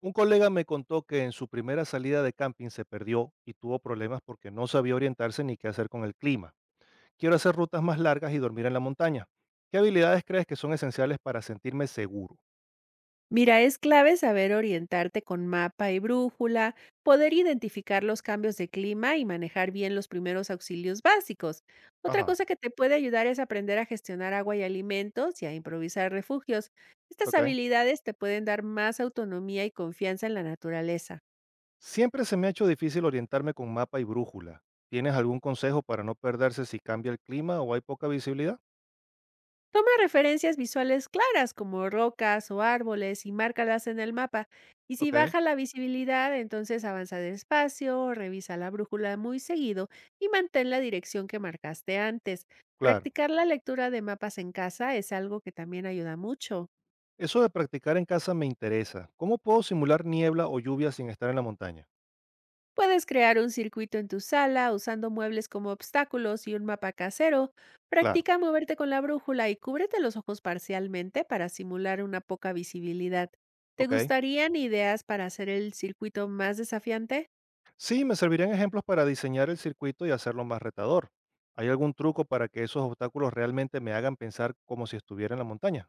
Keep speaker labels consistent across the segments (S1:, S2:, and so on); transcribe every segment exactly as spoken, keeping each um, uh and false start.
S1: Un colega me contó que en su primera salida de camping se perdió y tuvo problemas porque no sabía orientarse ni qué hacer con el clima. Quiero hacer rutas más largas y dormir en la montaña. ¿Qué habilidades crees que son esenciales para sentirme seguro?
S2: Mira, es clave saber orientarte con mapa y brújula, poder identificar los cambios de clima y manejar bien los primeros auxilios básicos. Otra
S1: Ajá,
S2: cosa que te puede ayudar es aprender a gestionar agua y alimentos y a improvisar refugios. Estas
S1: ok.
S2: habilidades te pueden dar más autonomía y confianza en la naturaleza.
S1: Siempre se me ha hecho difícil orientarme con mapa y brújula. ¿Tienes algún consejo para no perderse si cambia el clima o hay poca visibilidad?
S2: Toma referencias visuales claras como rocas o árboles y márcalas en el mapa. Y si
S1: Ok,
S2: baja la visibilidad, entonces avanza despacio, revisa la brújula muy seguido y mantén la dirección que marcaste antes.
S1: claro.
S2: Practicar la lectura de mapas en casa es algo que también ayuda mucho.
S1: Eso de practicar en casa me interesa. ¿Cómo puedo simular niebla o lluvia sin estar en la montaña?
S2: Puedes crear un circuito en tu sala usando muebles como obstáculos y un mapa casero.
S1: Claro,
S2: Practica moverte con la brújula y cúbrete los ojos parcialmente para simular una poca visibilidad. ¿Te
S1: ok.
S2: gustarían ideas para hacer el circuito más desafiante?
S1: Sí, me servirían ejemplos para diseñar el circuito y hacerlo más retador. ¿Hay algún truco para que esos obstáculos realmente me hagan pensar como si estuviera en la montaña?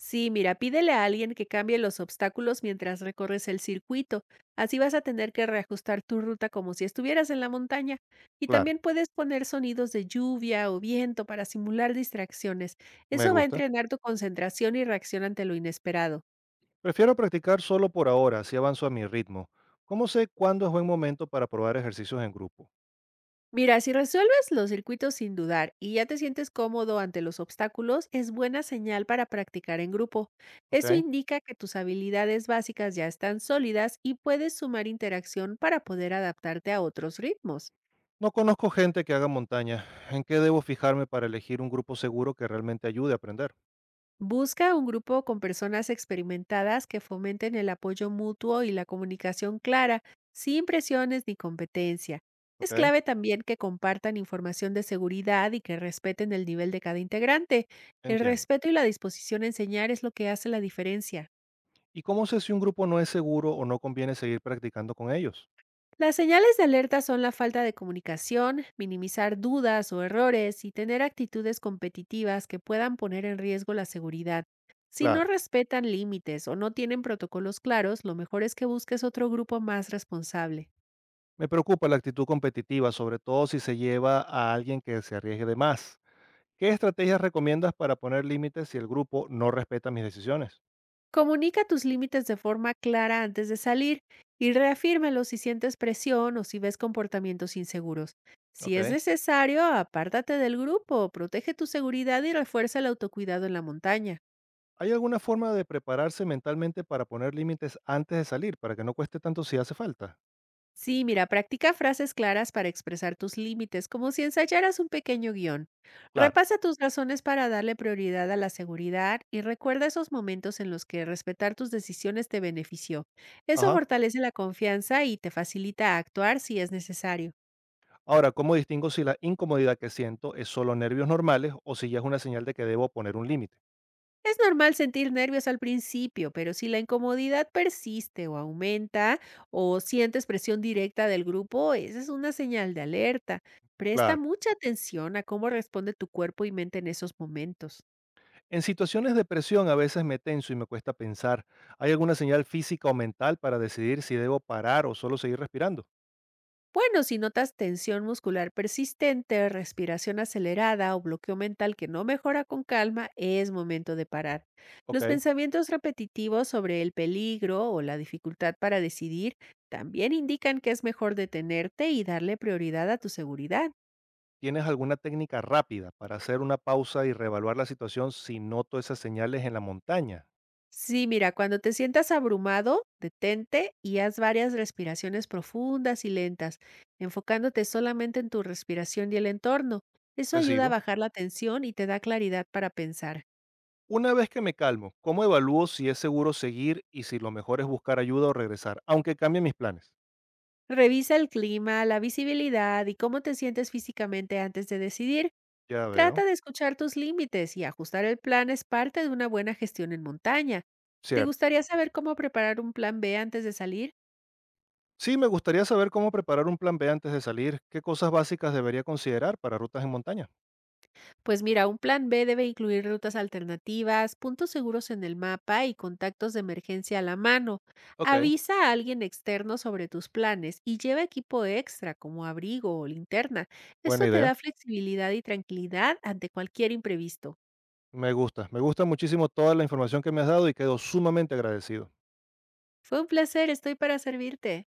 S2: Sí, mira, pídele a alguien que cambie los obstáculos mientras recorres el circuito. Así vas a tener que reajustar tu ruta como si estuvieras en la montaña. Y
S1: Claro,
S2: también puedes poner sonidos de lluvia o viento para simular distracciones.
S1: me
S2: Eso va a
S1: gusta.
S2: entrenar tu concentración y reacción ante lo inesperado.
S1: Prefiero practicar solo por ahora, así avanzo a mi ritmo. ¿Cómo sé cuándo es buen momento para probar ejercicios en grupo?
S2: Mira, si resuelves los circuitos sin dudar y ya te sientes cómodo ante los obstáculos, es buena señal para practicar en grupo. Eso
S1: ¿Ok?
S2: indica que tus habilidades básicas ya están sólidas y puedes sumar interacción para poder adaptarte a otros ritmos.
S1: No conozco gente que haga montaña. ¿En qué debo fijarme para elegir un grupo seguro que realmente ayude a aprender?
S2: Busca un grupo con personas experimentadas que fomenten el apoyo mutuo y la comunicación clara, sin presiones ni competencia. Es
S1: ¿Ok?
S2: clave también que compartan información de seguridad y que respeten el nivel de cada integrante. El
S1: Entiendo.
S2: respeto y la disposición a enseñar es lo que hace la diferencia.
S1: ¿Y cómo sé si un grupo no es seguro o no conviene seguir practicando con ellos?
S2: Las señales de alerta son la falta de comunicación, minimizar dudas o errores y tener actitudes competitivas que puedan poner en riesgo la seguridad. Si no
S1: Claro.
S2: respetan límites o no tienen protocolos claros, lo mejor es que busques otro grupo más responsable.
S1: Me preocupa la actitud competitiva, sobre todo si se lleva a alguien que se arriesgue de más. ¿Qué estrategias recomiendas para poner límites si el grupo no respeta mis decisiones?
S2: Comunica tus límites de forma clara antes de salir y reafírmalo si sientes presión o si ves comportamientos inseguros. Si es
S1: Ok.
S2: necesario, apártate del grupo, protege tu seguridad y refuerza el autocuidado en la montaña.
S1: ¿Hay alguna forma de prepararse mentalmente para poner límites antes de salir, para que no cueste tanto si hace falta?
S2: Sí, mira, practica frases claras para expresar tus límites, como si ensayaras un pequeño guión.
S1: Claro.
S2: Repasa tus razones para darle prioridad a la seguridad y recuerda esos momentos en los que respetar tus decisiones te benefició. Eso
S1: Ajá.
S2: fortalece la confianza y te facilita actuar si es necesario.
S1: Ahora, ¿cómo distingo si la incomodidad que siento es solo nervios normales o si ya es una señal de que debo poner un límite?
S2: Es normal sentir nervios al principio, pero si la incomodidad persiste o aumenta o sientes presión directa del grupo, esa es una señal de alerta. Presta
S1: Claro.
S2: mucha atención a cómo responde tu cuerpo y mente en esos momentos.
S1: En situaciones de presión a veces me tenso y me cuesta pensar. ¿Hay alguna señal física o mental para decidir si debo parar o solo seguir respirando?
S2: Bueno, si notas tensión muscular persistente, respiración acelerada o bloqueo mental que no mejora con calma, es momento de parar. Los
S1: Ok.
S2: pensamientos repetitivos sobre el peligro o la dificultad para decidir también indican que es mejor detenerte y darle prioridad a tu seguridad.
S1: ¿Tienes alguna técnica rápida para hacer una pausa y reevaluar la situación si noto esas señales en la montaña?
S2: Sí, mira, cuando te sientas abrumado, detente y haz varias respiraciones profundas y lentas, enfocándote solamente en tu respiración y el entorno. Eso
S1: Te
S2: ayuda a
S1: sigo.
S2: bajar la tensión y te da claridad para pensar.
S1: Una vez que me calmo, ¿cómo evalúo si es seguro seguir y si lo mejor es buscar ayuda o regresar, aunque cambie mis planes?
S2: Revisa el clima, la visibilidad y cómo te sientes físicamente antes de decidir.
S1: Ya
S2: Trata
S1: veo.
S2: de escuchar tus límites y ajustar el plan es parte de una buena gestión en montaña. ¿Te
S1: Cierto.
S2: gustaría saber cómo preparar un plan be antes de salir?
S1: Sí, me gustaría saber cómo preparar un plan B antes de salir, qué cosas básicas debería considerar para rutas en montaña.
S2: Pues mira, un plan be debe incluir rutas alternativas, puntos seguros en el mapa y contactos de emergencia a la mano.
S1: Ok,
S2: Avisa a alguien externo sobre tus planes y lleva equipo extra como abrigo o linterna.
S1: buena
S2: Esto te
S1: idea.
S2: da flexibilidad y tranquilidad ante cualquier imprevisto.
S1: Me gusta, me gusta muchísimo toda la información que me has dado y quedo sumamente agradecido.
S2: Fue un placer, estoy para servirte.